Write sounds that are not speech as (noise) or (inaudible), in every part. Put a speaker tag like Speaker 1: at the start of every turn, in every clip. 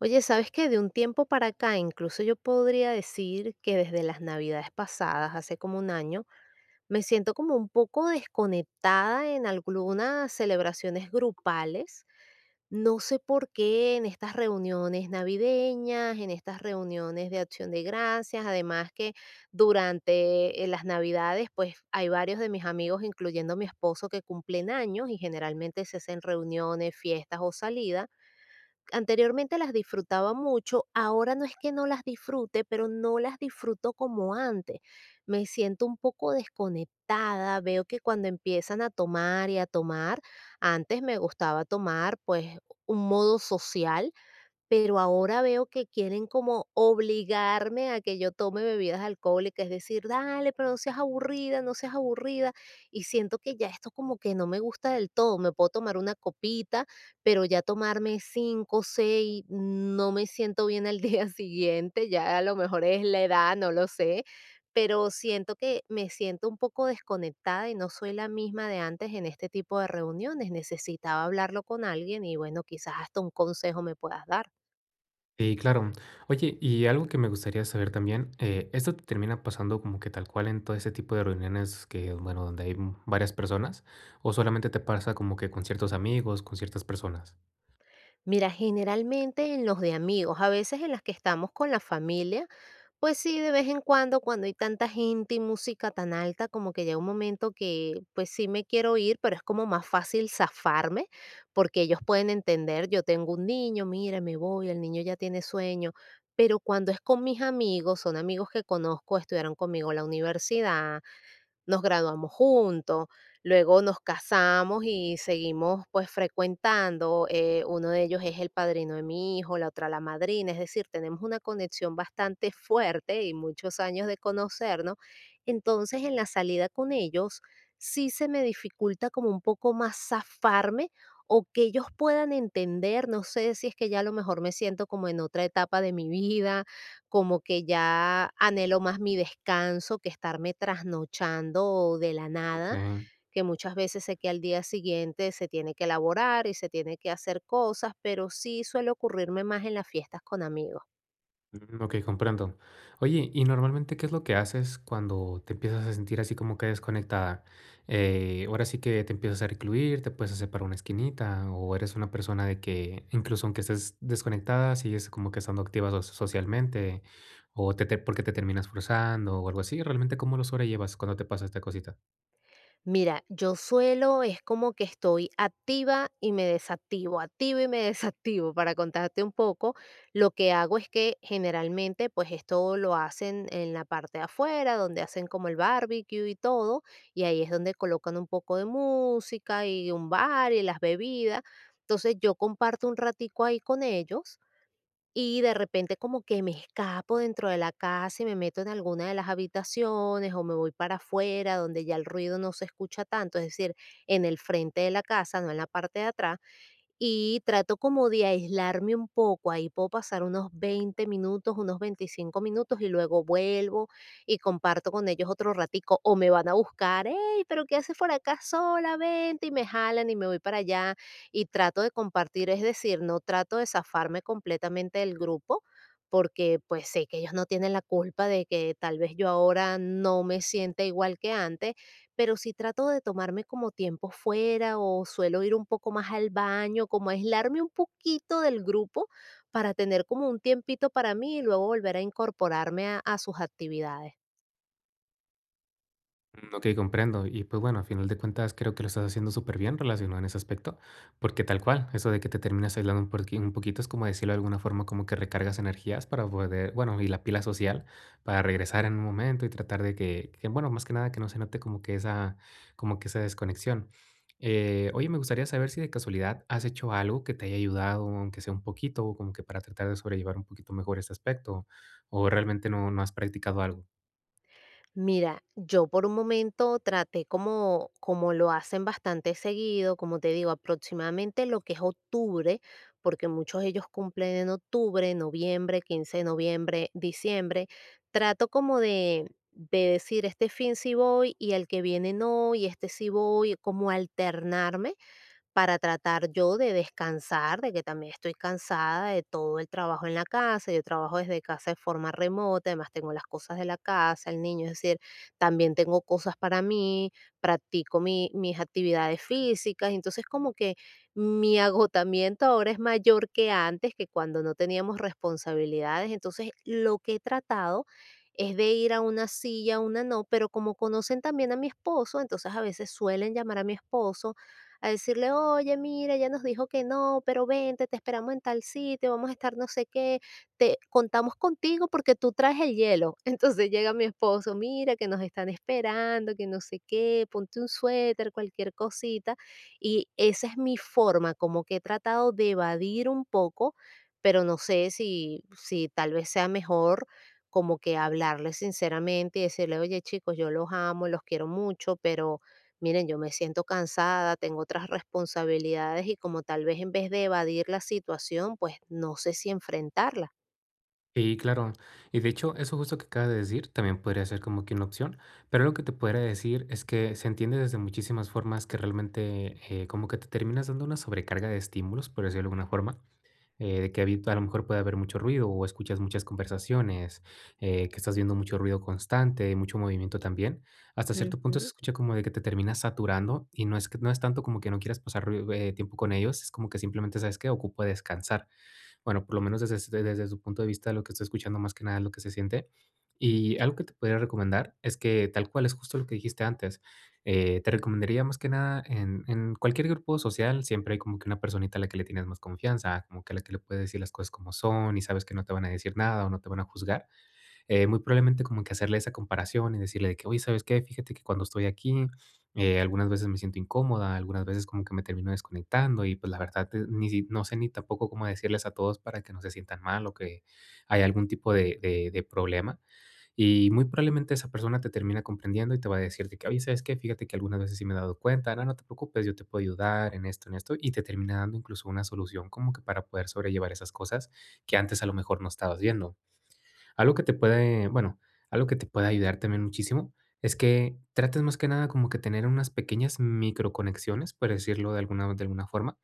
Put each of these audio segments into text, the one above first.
Speaker 1: Oye, ¿sabes qué? De un tiempo para acá, incluso yo podría decir que desde las navidades pasadas, hace como un año, me siento como un poco desconectada en algunas celebraciones grupales. No sé por qué en estas reuniones navideñas, en estas reuniones de acción de gracias, además que durante las navidades, pues hay varios de mis amigos, incluyendo mi esposo, que cumplen años y generalmente se hacen reuniones, fiestas o salidas anteriormente las disfrutaba mucho, ahora no es que no las disfrute, pero no las disfruto como antes. Me siento un poco desconectada, veo que cuando empiezan a tomar y a tomar, antes me gustaba tomar pues un modo social pero ahora veo que quieren como obligarme a que yo tome bebidas alcohólicas, es decir, dale, pero no seas aburrida, no seas aburrida, y siento que ya esto como que no me gusta del todo, me puedo tomar una copita, pero ya tomarme cinco, seis, no me siento bien al día (laughs) siguiente, ya a lo mejor es la edad, no lo sé, pero siento que me siento un poco desconectada y no soy la misma de antes en este tipo de reuniones. Necesitaba hablarlo con alguien y bueno, quizás hasta un consejo me puedas dar.
Speaker 2: Sí, claro. Oye, y algo que me gustaría saber también, ¿esto te termina pasando como que tal cual en todo ese tipo de reuniones que, bueno, donde hay varias personas? ¿O solamente te pasa como que con ciertos amigos, con ciertas personas?
Speaker 1: Mira, generalmente en los de amigos, a veces en las que estamos con la familia, pues sí, de vez en cuando, cuando hay tanta gente y música tan alta, como que llega un momento que pues sí me quiero ir, pero es como más fácil zafarme, porque ellos pueden entender, yo tengo un niño, mira, me voy, el niño ya tiene sueño, pero cuando es con mis amigos, son amigos que conozco, estudiaron conmigo en la universidad, nos graduamos juntos, luego nos casamos y seguimos pues frecuentando, uno de ellos es el padrino de mi hijo, la otra la madrina, es decir, tenemos una conexión bastante fuerte y muchos años de conocernos, entonces en la salida con ellos sí se me dificulta como un poco más zafarme o que ellos puedan entender, no sé si es que ya a lo mejor me siento como en otra etapa de mi vida, como que ya anhelo más mi descanso que estarme trasnochando de la
Speaker 2: Ok.
Speaker 1: nada, que muchas veces sé que al día siguiente se tiene que elaborar y se tiene que hacer cosas, pero sí suele ocurrirme más en las fiestas con amigos.
Speaker 2: Mm, ok, comprendo. Oye, ¿y normalmente qué es lo que haces cuando te empiezas a sentir así como que desconectada? Ahora sí que te empiezas a recluir, te puedes hacer para una esquinita, o eres una persona de que incluso aunque estés desconectada, sigues como que estando activa socialmente, o porque te terminas forzando o algo así. ¿Realmente cómo lo sobrellevas cuando te pasa esta cosita?
Speaker 1: Mira, yo suelo, es como que estoy activa y me desactivo, activo y me (laughs) desactivo. Para contarte un poco, lo que hago es que generalmente, pues esto lo hacen en la parte de afuera, donde hacen como el barbecue y todo, y ahí es donde colocan un poco de música y un bar y las bebidas. Entonces yo comparto un ratico ahí con ellos y de repente como que me escapo dentro de la casa y me meto en alguna de las habitaciones o me voy para afuera donde ya el ruido no se escucha tanto, es decir, en el frente de la casa, no en la parte de atrás y trato como de aislarme un poco. Ahí puedo pasar unos 20 minutos, unos 25 minutos y luego vuelvo y comparto con ellos otro ratico. O me van a buscar, hey, pero ¿qué haces por acá sola? Vente y me jalan y me voy para allá. Y trato de compartir, es decir, no trato de zafarme completamente del grupo porque pues sé que ellos no tienen la culpa de que tal vez yo ahora no me sienta igual que antes pero sí trato de tomarme como tiempo fuera o suelo ir un poco más al baño, como aislarme un poquito del grupo para tener como un tiempito para mí y luego volver a incorporarme a sus actividades.
Speaker 2: Mm, ok, comprendo. Y pues bueno, a final de cuentas creo que lo estás haciendo súper bien relacionado en ese aspecto, porque tal cual, eso de que te terminas aislando un poquito es como decirlo de alguna forma, como que recargas energías para poder, bueno, y la pila social para regresar en un momento y tratar de que, bueno, más que nada que no se note como que esa desconexión. Oye, me gustaría saber si de casualidad has hecho algo que te haya ayudado, aunque sea un poquito, como que para tratar de sobrellevar un poquito mejor este aspecto, o realmente no, no has practicado algo.
Speaker 1: Mira, yo por un momento traté como, como lo hacen bastante seguido, como te digo, aproximadamente lo que es octubre, porque muchos de ellos cumplen en octubre, noviembre, 15 de noviembre, diciembre. Trato como de decir, este fin sí voy y el que viene no, y este sí voy, como alternarme para tratar yo de descansar, de que también estoy cansada de todo el trabajo en la casa. Yo trabajo desde casa de forma remota, además tengo las cosas de la casa, el niño, es decir, también tengo cosas para mí, practico mis actividades físicas, entonces como que mi agotamiento ahora es mayor que antes, que cuando no teníamos responsabilidades, entonces lo que he tratado es de ir a una silla, a una no, pero como conocen también a mi esposo, entonces a veces suelen llamar a mi esposo a decirle, oye, mira, ella nos dijo que no, pero vente, te esperamos en tal sitio, vamos a estar no sé qué, te contamos contigo porque tú traes el hielo. (laughs) Entonces llega mi esposo, mira, que nos están esperando, que no sé qué, ponte un suéter, cualquier cosita. Y esa es mi forma, como que he tratado de evadir un poco, pero no sé si tal vez sea mejor como que hablarles sinceramente y decirle, oye chicos, yo los amo, los quiero mucho, pero miren, yo me siento cansada, tengo otras responsabilidades y como tal vez en vez de evadir la situación, pues no sé si enfrentarla.
Speaker 2: Sí, claro. Y de hecho, eso justo que acabas de decir también podría ser como que una opción, pero lo que te podría decir es que se entiende desde muchísimas formas que realmente como que te terminas dando una sobrecarga de estímulos, por decirlo de alguna forma, de que a lo mejor puede haber mucho ruido o escuchas muchas conversaciones, que estás viendo mucho ruido constante, mucho movimiento también. Hasta cierto punto se
Speaker 1: Ujú.
Speaker 2: escucha como de que te terminas saturando y no es que no es tanto como que no quieras pasar tiempo con ellos, es como que simplemente sabes que ocupo descansar, bueno, por lo menos desde, este, desde su punto de vista, lo que estoy escuchando más que nada es lo que se siente. Y algo que te podría recomendar es que tal cual es justo lo que dijiste antes. Te recomendaría más que nada en cualquier grupo social, siempre hay como que una personita a la que le tienes más confianza, como que a la que le puedes decir las cosas como son y sabes que no te van a decir nada o no te van a juzgar. Muy probablemente como que hacerle esa comparación y decirle de que, oye, ¿sabes qué? Fíjate que cuando estoy aquí, algunas veces me siento incómoda, algunas veces como que me termino desconectando y pues la verdad ni, si- no sé ni tampoco cómo decirles a todos para que no se sientan mal o que hay algún tipo de problema. Y muy probablemente esa persona te termina comprendiendo y te va a decir de que, oye, ¿sabes qué? Fíjate que algunas veces sí me he dado cuenta, no, no te preocupes, yo te puedo ayudar en esto, y te termina dando incluso una solución como que para poder sobrellevar esas cosas que antes a lo mejor no estabas viendo. Algo que te puede, bueno, algo que te puede ayudar también muchísimo es que trates más que nada como que tener unas pequeñas microconexiones, por decirlo de de alguna forma,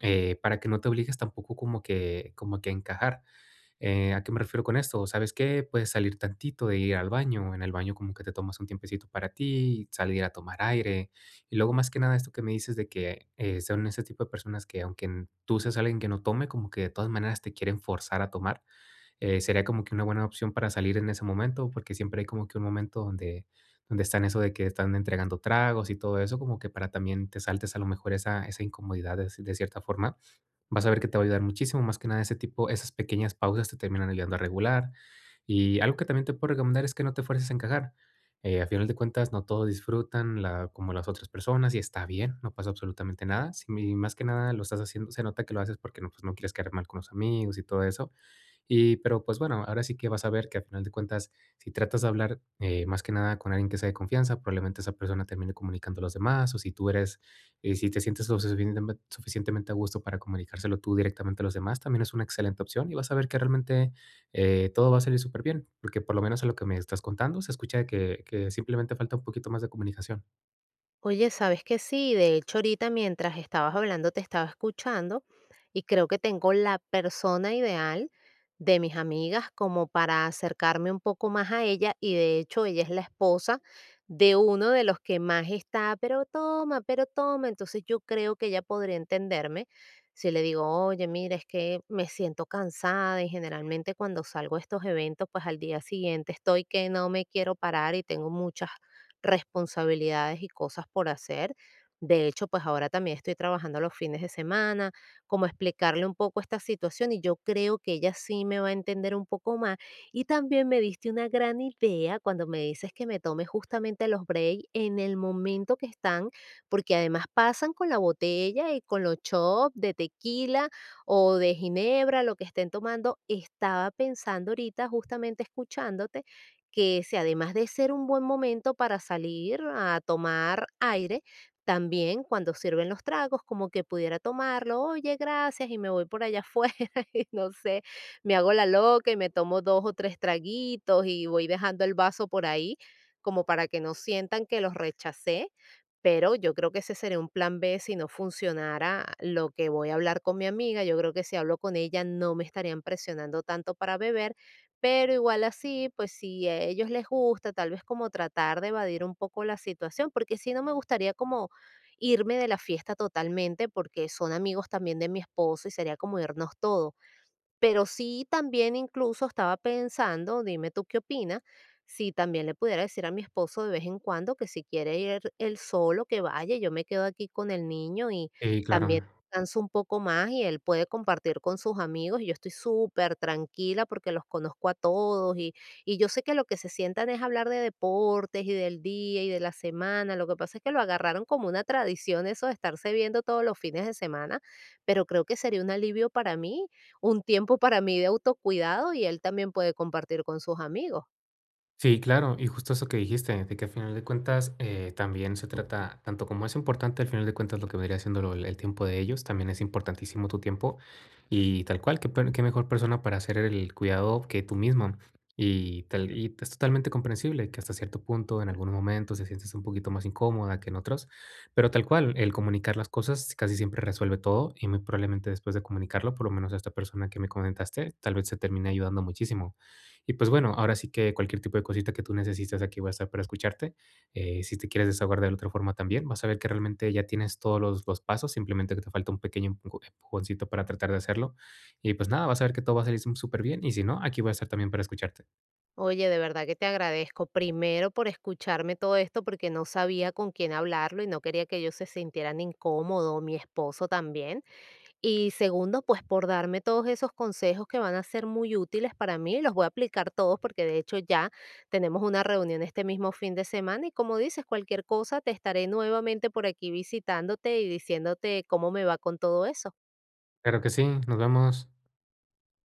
Speaker 2: para que no te obligues tampoco como como que a encajar. ¿A qué me refiero con esto? ¿Sabes qué? Puedes salir tantito de ir al baño, en el baño como que te tomas un tiempecito para ti, salir a tomar aire. Y luego más que nada esto que me dices de que son ese tipo de personas que aunque tú seas alguien que no tome, como que de todas maneras te quieren forzar a tomar, sería como que una buena opción para salir en ese momento, porque siempre hay como que un momento donde están eso de que están entregando tragos y todo eso, como que para también te saltes a lo mejor esa, esa incomodidad de cierta forma. Vas a ver que te va a ayudar muchísimo, más que nada ese tipo, esas pequeñas pausas te terminan ayudando a regular. Y algo que también te puedo recomendar es que no te fuerces a encajar. A final de cuentas, no todos disfrutan como las otras personas y está bien, no pasa absolutamente nada. Más que nada lo estás haciendo, se nota que lo haces porque no, pues, no quieres quedar mal con los amigos y todo eso pero, pues bueno, ahora sí que vas a ver que a final de cuentas, si tratas de hablar, más que nada con alguien que sea de confianza, probablemente esa persona termine comunicando a los demás, o si tú eres, si te sientes lo suficientemente a gusto para comunicárselo tú directamente a los demás, también es una excelente opción y vas a ver que realmente todo va a salir súper bien, porque por lo menos a lo que me estás contando se escucha que simplemente falta un poquito más de comunicación.
Speaker 1: Oye, ¿sabes que sí? De hecho, ahorita mientras estabas hablando te estaba escuchando y creo que tengo la persona ideal de mis amigas como para acercarme un poco más a ella y de hecho ella es la esposa de uno de los que más está, pero toma, pero toma. Entonces yo creo que ella podría entenderme si le digo, oye, mira, es que me siento cansada y generalmente cuando salgo a estos eventos, pues al día siguiente estoy que no me quiero parar y tengo muchas responsabilidades y cosas por hacer. De hecho, pues ahora también estoy trabajando los fines de semana, como explicarle un poco esta situación y yo creo que ella sí me va a entender un poco más. Y también me diste una gran idea cuando me dices que me tome justamente los breaks en el momento que están, porque además pasan con la botella y con los chops de tequila o de ginebra, lo que estén tomando. Estaba pensando ahorita, justamente escuchándote, que ese, además de ser un buen momento para salir a tomar aire, también cuando sirven los tragos, como que pudiera tomarlo, oye, gracias, y me voy por allá afuera, (laughs) y no sé, me hago la loca y me tomo dos o tres traguitos y voy dejando el vaso por ahí, como para que no sientan que los rechacé. Pero yo creo que ese sería un plan B si no funcionara lo que voy a hablar con mi amiga. Yo creo que si hablo con ella no me estarían presionando tanto para beber pero igual así, pues si a ellos les gusta, tal vez como tratar de evadir un poco la situación, porque si no me gustaría como irme de la fiesta totalmente, porque son amigos también de mi esposo y sería como irnos todos. Pero sí también incluso estaba pensando, dime tú qué opinas, si también le pudiera decir a mi esposo de vez en cuando que si quiere ir él solo, que vaya, yo me quedo aquí con el niño y también
Speaker 2: Claro.
Speaker 1: descanso un poco más y él puede compartir con sus amigos y yo estoy súper tranquila porque los conozco a todos y yo sé que lo que se sientan es hablar de deportes y del día y de la semana, lo que pasa es que lo agarraron como una tradición eso de estarse viendo todos los fines de semana, pero creo que sería un alivio para mí un tiempo para mí de autocuidado y él también puede compartir con sus amigos.
Speaker 2: Sí, claro, y justo eso que dijiste, de que al final de cuentas también se trata, tanto como es importante al final de cuentas lo que vendría siendo el tiempo de ellos, también es importantísimo tu tiempo y tal cual, qué mejor persona para hacer el cuidado que tú mismo. Y es totalmente comprensible que hasta cierto punto en algunos momentos se sientes un poquito más incómoda que en otros, pero tal cual, el comunicar las cosas casi siempre resuelve todo y muy probablemente después de comunicarlo, por lo menos a esta persona que me comentaste, tal vez se termine ayudando muchísimo. Y pues bueno, ahora sí que cualquier tipo de cosita que tú necesites, aquí voy a estar para escucharte. Si te quieres desahogar de otra forma también, vas a ver que realmente ya tienes todos los pasos, simplemente que te falta un pequeño empujoncito para tratar de hacerlo. Y pues nada, vas a ver que todo va a salir súper bien. Y si no, aquí voy a estar también para escucharte.
Speaker 1: Oye, de verdad que te agradezco primero por escucharme todo esto porque no sabía con quién hablarlo y no quería que ellos se sintieran incómodos, mi esposo también. Y segundo, pues por darme todos esos consejos que van a ser muy útiles para mí, los voy a aplicar todos porque de hecho ya tenemos una reunión este mismo fin de semana y como dices, cualquier cosa te estaré nuevamente por aquí visitándote y diciéndote cómo me va con todo eso.
Speaker 2: Claro que sí, nos vemos.